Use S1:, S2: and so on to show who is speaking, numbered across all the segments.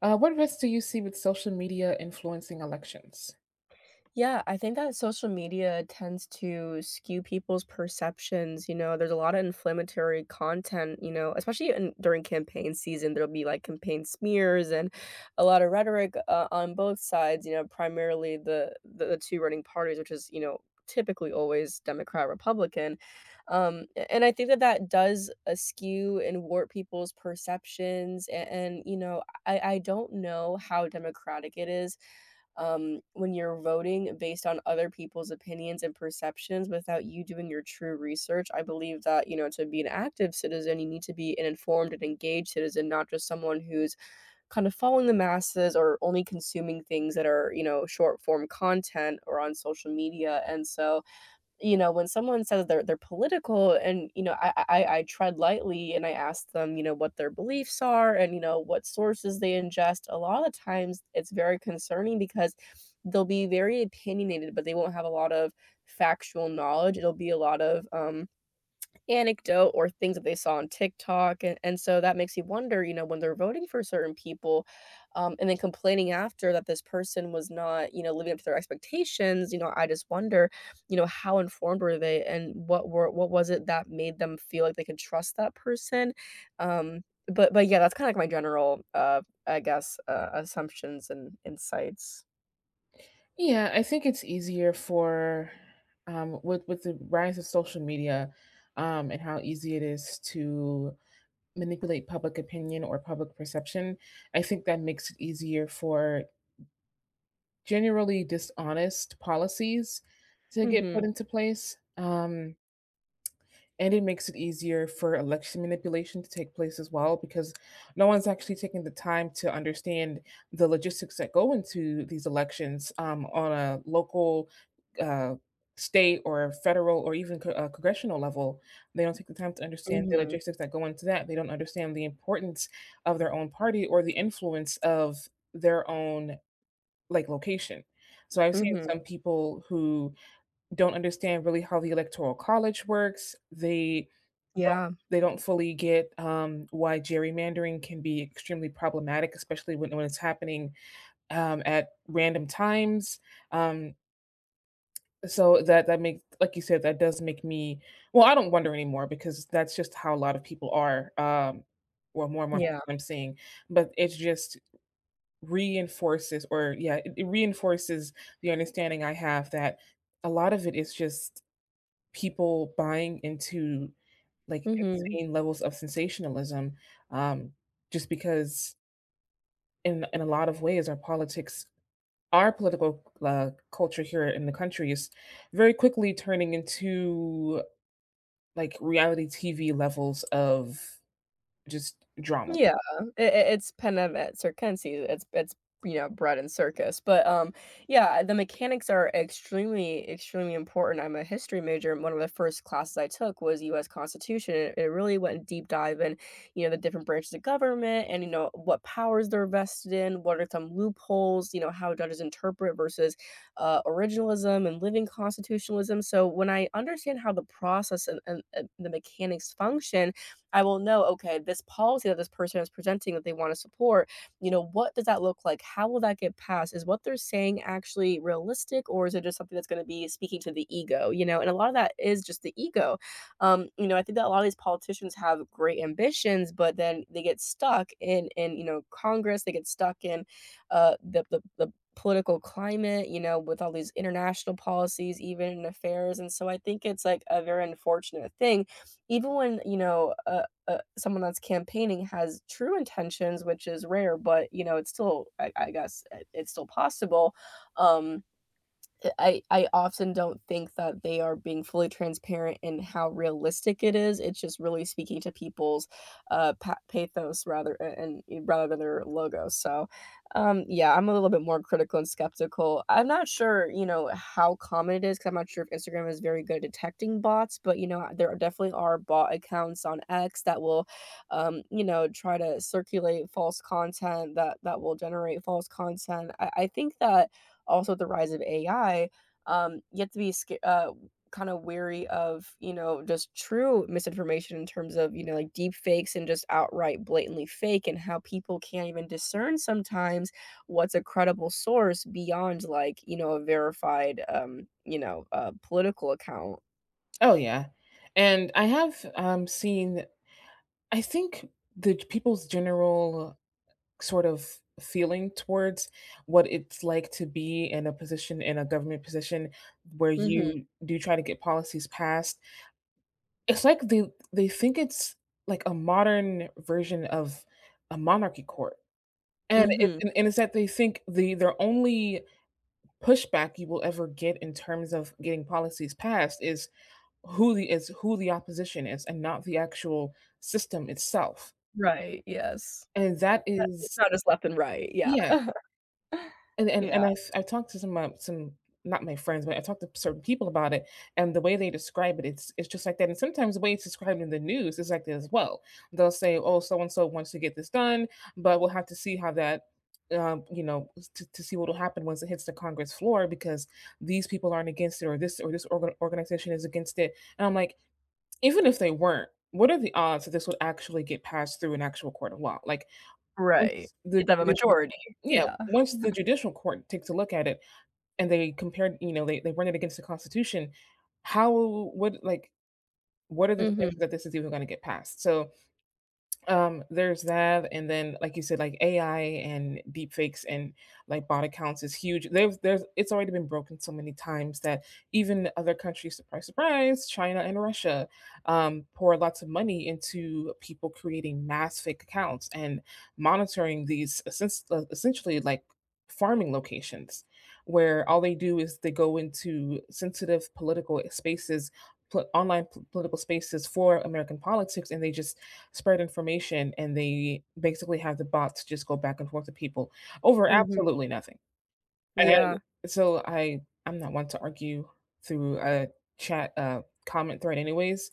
S1: What risks do you see with social media influencing elections?
S2: Yeah, I think that social media tends to skew people's perceptions. There's a lot of inflammatory content, especially in during campaign season. There'll be, campaign smears and a lot of rhetoric, on both sides, you know, primarily the 2 running parties, which is, you know, typically always Democrat, Republican. Um, a and I think that that does, skew and warp people's perceptions, a and, you know, I don't know how democratic it is when you're voting based on other people's opinions and perceptions without you doing your true research. I believe that, you know, to be an active citizen, you need to be an informed and engaged citizen, not just someone who's kind of following the masses or only consuming things that are, you know, short form content or on social media. And so, you know, when someone says they're political and, you know, I tread lightly, and I ask them, you know, what their beliefs are and, you know, what sources they ingest, a lot of the times it's very concerning because they'll be very opinionated, but they won't have a lot of factual knowledge. It'll be a lot of anecdote or things that they saw on TikTok, and so that makes you wonder, you know, when they're voting for certain people, and then complaining after that this person was not, you know, living up to their expectations. I just wonder, you know, how informed were they, and what were what was it that made them feel like they could trust that person? Um, but yeah, that's kinda like my general, I guess, assumptions and insights.
S1: Yeah, I think it's easier for with the rise of social media and how easy it is to manipulate public opinion or public perception. I think that makes it easier for generally dishonest policies to get
S2: Mhm,
S1: put into place. And it makes it easier for election manipulation to take place as well because no one's actually taking the time to understand the logistics that go into these elections on a local, uh, state, or federal, or even congressional level. They don't take the time to understand the
S2: mhm,
S1: logistics that go into that. They don't understand the importance of their own party or the influence of their own like location. So I've seen
S2: mhm.
S1: some people who don't understand really how the electoral college works. Don't
S2: Yeah,
S1: they don't fully get why gerrymandering can be extremely problematic, especially when it's happening at random times. Um, so that makes, like you said, that does make me. Well, I don't wonder anymore because that's just how a lot of people are. Well, more and more
S2: yeah.
S1: people I'm seeing, but it just reinforces, or yeah, it reinforces the understanding I have that a lot of it is just people buying into, like,
S2: Mhm.
S1: insane levels of sensationalism, um, just because in a lot of ways, our politics our political, culture here in the country is very quickly turning into, like, reality TV levels of just drama.
S2: Yeah, I it's kind of at circenses, you know, bread and circus. Yeah, the mechanics are extremely, extremely important. I'm a history major, and one of the first classes I took was US Constitution, and it really went in deep dive in, you know, the different branches of government and, you know, what powers they're vested in, what are some loopholes, you know, how judges interpret versus, originalism and living constitutionalism. So when I understand how the process and the mechanics function, I will know, okay, this policy that this person is presenting that they want to support, you know, what does that look like? How will that get passed? Is what they're saying actually realistic, or is it just something that's going to be speaking to the ego, you know? And a lot of that is just the ego. You know, I think that a lot of these politicians have great ambitions, but then they get stuck in, you know, Congress. They get stuck in the political climate, you know, with all these international policies, even in affairs. And so I think it's like a very unfortunate thing. Even when, you know, someone that's campaigning has true intentions, which is rare, but, you know, it's still, I guess it's still possible. um, I often don't think that they are being fully transparent in how realistic it is. It's just really speaking to people's, pa pathos rather a and rather than their logo. Yeah, I'm a little bit more critical and skeptical. I'm not sure, you know, how common it is, 'cause I'm not sure if Instagram is very good at detecting bots, but, you know, there definitely are bot accounts on X that will, you know, try to circulate false content, that will generate false content. I think that also with the rise of AI, you have to be kind of wary of, you know, just true misinformation in terms of, you know, like deep fakes and just outright blatantly fake, and how people can't even discern sometimes what's a credible source beyond, like, you know, a verified, you know, political account.
S1: Oh, yeah, and I have, seen I think the people's general sort of feeling towards what it's like to be in a position in a government position where
S2: Mhm.
S1: you do try to get policies passed. It's like they think it's like a modern version of a monarchy court. And it's
S2: Mhm.
S1: and it's that they think the their only pushback you will ever get in terms of getting policies passed is who the opposition is and not the actual system itself.
S2: Right. Yes.
S1: And that
S2: It's
S1: is
S2: not just left and right. Yeah.
S1: yeah. And
S2: Yeah.
S1: I talked to some not my friends, but I talked to certain people about it, and the way they describe it, it's just like that, and sometimes the way it's described in the news is like that as well. They'll say, "Oh, so and so wants to get this done, but we'll have to see how that, to see what'll happen once it hits the Congress floor because these people aren't against it or this organization is against it." And I'm like, "Even if they weren't, what are the odds that this would actually get passed through an actual court of law?" Like
S2: Right.
S1: once
S2: You have
S1: the
S2: to have a
S1: judicial
S2: majority.
S1: yeah,
S2: Yeah.
S1: once the judicial court takes a look at it and they compared you know, they run it against the Constitution, how would like, what are the chances
S2: Mhm.
S1: that this is even gonna get passed? So, there's that, and then, like you said, like, AI and deepfakes and, like, bot accounts is huge. There's it's already been broken so many times that even other countries, surprise, surprise, China and Russia, pour lots of money into people creating mass fake accounts and monitoring these essens essentially, like, farming locations where all they do is they go into sensitive political spaces, pol online p political spaces for American politics, and they just spread information and they basically have the bots just go back and forth to people over
S2: Mhm.
S1: absolutely nothing.
S2: Yeah.
S1: And so I'm not one to argue through a chat comment thread anyways,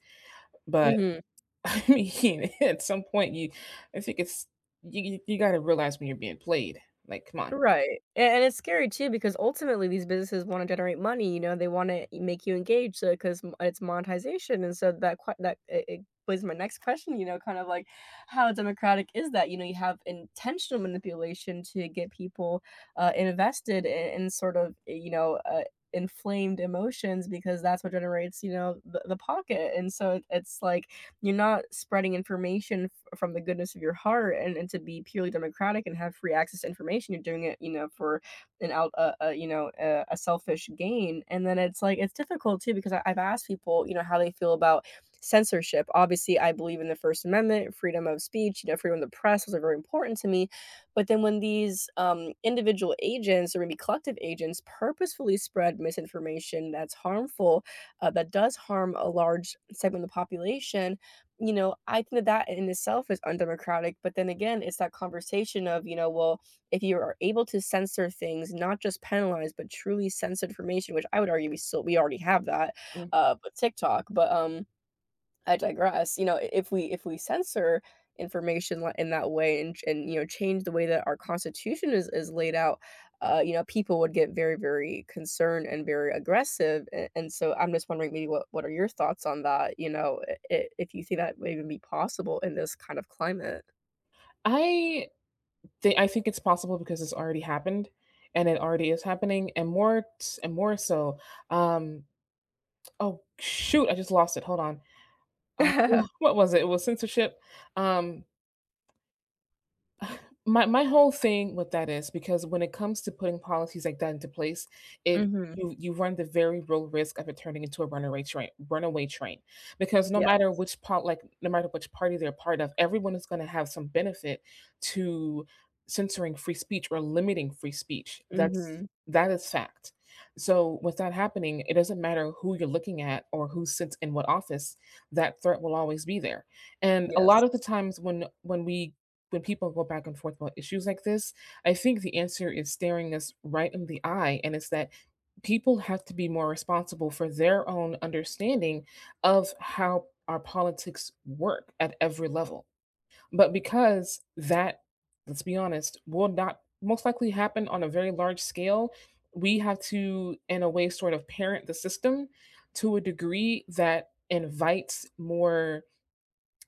S1: but
S2: Mhm.
S1: I mean at some point you I think it's you got to realize when you're being played. Like come on.
S2: Right, and it's scary too because ultimately these businesses wanna generate money. You know, they wanna make you engaged because it's monetization, and so that que that it was my next question, you know, kind of like how democratic is that? You know, you have intentional manipulation to get people, invested in sort of, you know, inflamed emotions, because that's what generates, you know, the pocket. And so it, it's like you're not spreading information from the goodness of your heart, and to be purely democratic and have free access to information. You're doing it, you know, for an out you know, a selfish gain. And then it's like it's difficult too, because I've asked people, you know, how they feel about censorship. Obviously, I believe in the First Amendment, freedom of speech, you know, freedom of the press. Those are very important to me, but then when these individual agents, or maybe collective agents, purposefully spread misinformation that's harmful, that does harm a large segment of the population, you know, I think that that in itself is undemocratic. But then again, it's that conversation of, you know, well, if you are able to censor things, not just penalize, but truly censor information, which I would argue we already have that,
S1: Mm.
S2: with TikTok. But I digress. You know, if we censor information li in that way, and you know, change the way that our Constitution is laid out, you know, people would get very, very concerned and very aggressive. A And so I'm just wondering maybe what are your thoughts on that? You know, I if you think that would even be possible in this kind of climate?
S1: I I think it's possible because it's already happened and it already is happening and more and more so um oh shoot, I just lost it. Hold on. Oh, what was it? It was censorship. Um, my whole thing with that is because when it comes to putting policies like that into place, it
S2: Mhm.
S1: you run the very real risk of it turning into a runaway train, because no
S2: Yes.
S1: matter which part, like, no matter which party they're part of, everyone is gonna have some benefit to censoring free speech or limiting free speech.
S2: Mhm.
S1: That is fact. So, with that happening, it doesn't matter who you're looking at or who sits in what office, that threat will always be there, and a lot
S2: Yes.
S1: of the times when we when people go back and forth about issues like this, I think the answer is staring us right in the eye. And it's that people have to be more responsible for their own understanding of how our politics work at every level. But because that, let's be honest, will not most likely happen on a very large scale, we have to, in a way, sort of parent the system to a degree that invites more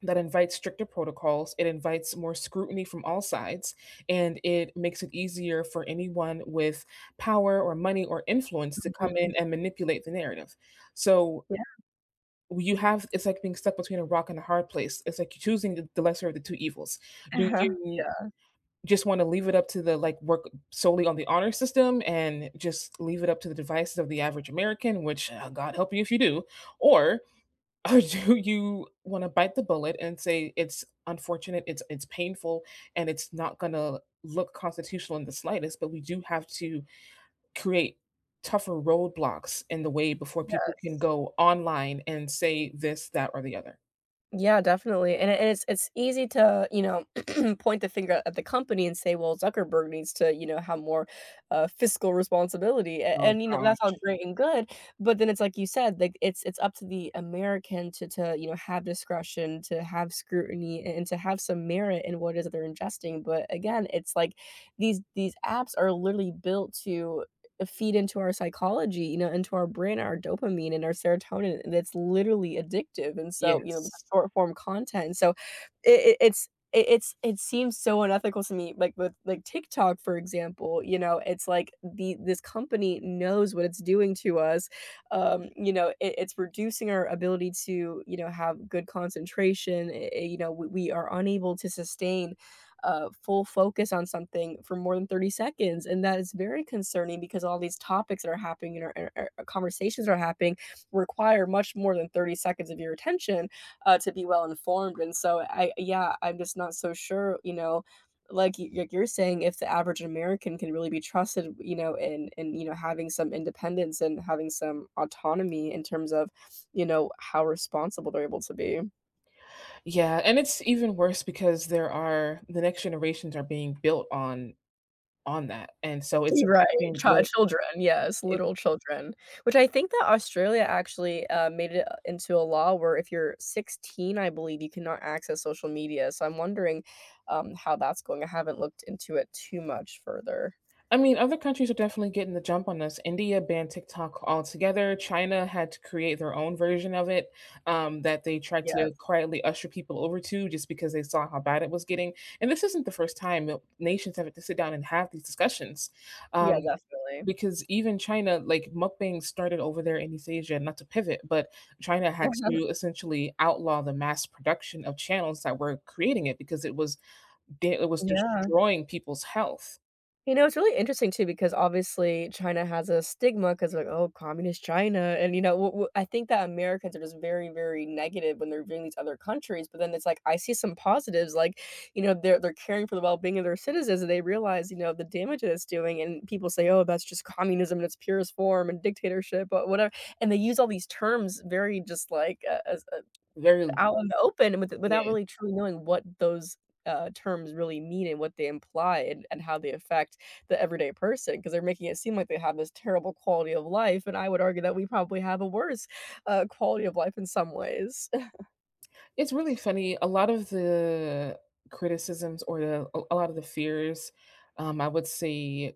S1: that invites stricter protocols, it invites more scrutiny from all sides, and it makes it easier for anyone with power or money or influence to come
S2: Mhm.
S1: in and manipulate the narrative. So
S2: Yeah.
S1: you have it's like being stuck between a rock and a hard place. It's like you're choosing the lesser of the two evils. Do you
S2: Yeah.
S1: just want to leave it up to the like work solely on the honor system and just leave it up to the devices of the average American, which God help you if you do, or or do you wanna bite the bullet and say, "It's unfortunate, it's painful, and it's not gonna look constitutional in the slightest, but we do have to create tougher roadblocks in the way before people can
S2: Yes.
S1: go online and say this, that, or the other."
S2: Yeah, definitely. And it's easy to, you know, point the finger at the company and say, "Well, Zuckerberg needs to, you know, have more, fiscal responsibility," a
S1: Oh
S2: and, you know, that's all
S1: gosh,
S2: great and good. But then it's like you said, like, it's up to the American to, you know, have discretion, to have scrutiny, and to have some merit in what it is that they're ingesting. But, again, it's like these apps are literally built to feed into our psychology, you know, into our brain, our dopamine and our serotonin, and it's literally addictive. And so, you know, with the
S1: yes.
S2: short form content, so it seems so unethical to me, like, with, like, TikTok, for example. You know, it's like the this company knows what it's doing to us. You know, it it's reducing our ability to, you know, have good concentration. You know, we are unable to sustain full focus on something for more than 30 seconds. And that is very concerning, because all these topics that are happening, and our, conversations that are happening require much more than 30 seconds of your attention to be well informed. And so, yeah, I'm just not so sure, you know, like like you're saying, if the average American can really be trusted, you know, in you know, having some independence and having some autonomy in terms of, you know, how responsible they're able to be.
S1: Yeah, and it's even worse because there are the next generations are being built on that, and so it's
S2: Right,
S1: affecting their
S2: children, yes,
S1: It
S2: little children, which, I think that Australia actually, made it into a law, where if you're 16, I believe, you cannot access social media. So I'm wondering, how that's going. I haven't looked into it too much further.
S1: I mean, other countries are definitely getting the jump on us. India banned TikTok altogether. China had to create their own version of it, that they tried
S2: Yeah,
S1: to quietly usher people over to just because they saw how bad it was getting. And this isn't the first time that nations have to sit down and have these discussions.
S2: yeah,
S1: Um,
S2: definitely.
S1: because even China, like mukbang started over there in East Asia, not to pivot, but China had to essentially outlaw the mass production of channels that were creating it because it was it was
S2: Yeah.
S1: destroying people's health.
S2: You know, it's really interesting too, because obviously China has a stigma, because, like, "Oh, communist China," and, you know, w w I think that Americans are just very, very negative when they're viewing these other countries. But then it's like, I see some positives. Like, you know, they're caring for the well-being of their citizens, and they realize, you know, the damage that it's doing. And people say, "Oh, that's just communism in its purest form and dictatorship," but whatever, and they use all these terms very just, like,
S1: Very
S2: out in the open, without
S1: yeah,
S2: really truly knowing what those, terms really mean and what they imply, and how they affect the everyday person. Because 'Cause they're making it seem like they have this terrible quality of life, and I would argue that we probably have a worse, quality of life in some ways.
S1: it's really funny. A lot of the criticisms or the a lot of the fears, I would say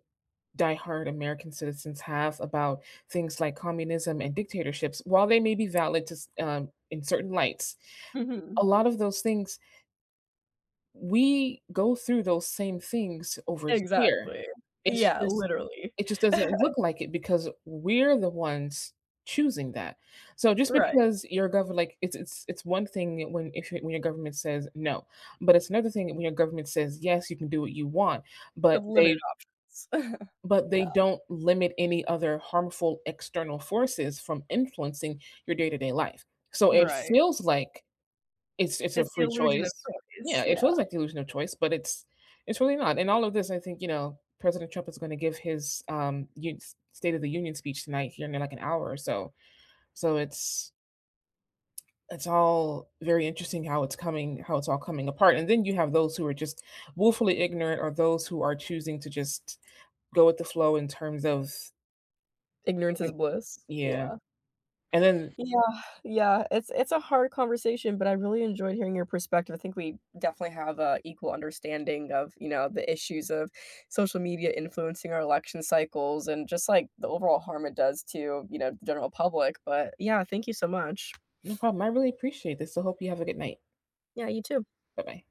S1: diehard American citizens have about things like communism and dictatorships, while they may be valid to in certain lights,
S2: Mhm.
S1: a lot of those things We go through those same things over here.
S2: Exactly.
S1: It's
S2: Yeah,
S1: just
S2: literally.
S1: it just doesn't look like it because we're the ones choosing that. So just
S2: Right,
S1: because your government like it's one thing when if when your government says no, but it's another thing when your government says yes, you can do what you want, but
S2: with limited
S1: they
S2: options.
S1: but they
S2: Yeah,
S1: don't limit any other harmful external forces from influencing your day-to-day life. So it
S2: right.
S1: feels like it's a
S2: It's the
S1: free
S2: illusion of
S1: choice. Yeah,
S2: choice,
S1: it
S2: yeah.
S1: feels like the illusion of choice, but it's really not, and all of this, I think, you know, President Trump is gonna give his, un State of the Union speech tonight here in, like, an hour or so. So it's all very interesting how it's coming how it's all coming apart, and then you have those who are just woefully ignorant or those who are choosing to just go with the flow in terms of
S2: Ignorance is bliss,
S1: Yeah,
S2: yeah.
S1: and then
S2: Yeah, yeah, it's a hard conversation, but I really enjoyed hearing your perspective. I think we definitely have a equal understanding of, you know, the issues of social media influencing our election cycles, and just, like, the overall harm it does to, you know, the general public. But yeah, thank you so much.
S1: No problem, I really appreciate this, so hope you have a good night.
S2: Yeah, you too.
S1: Bye-bye.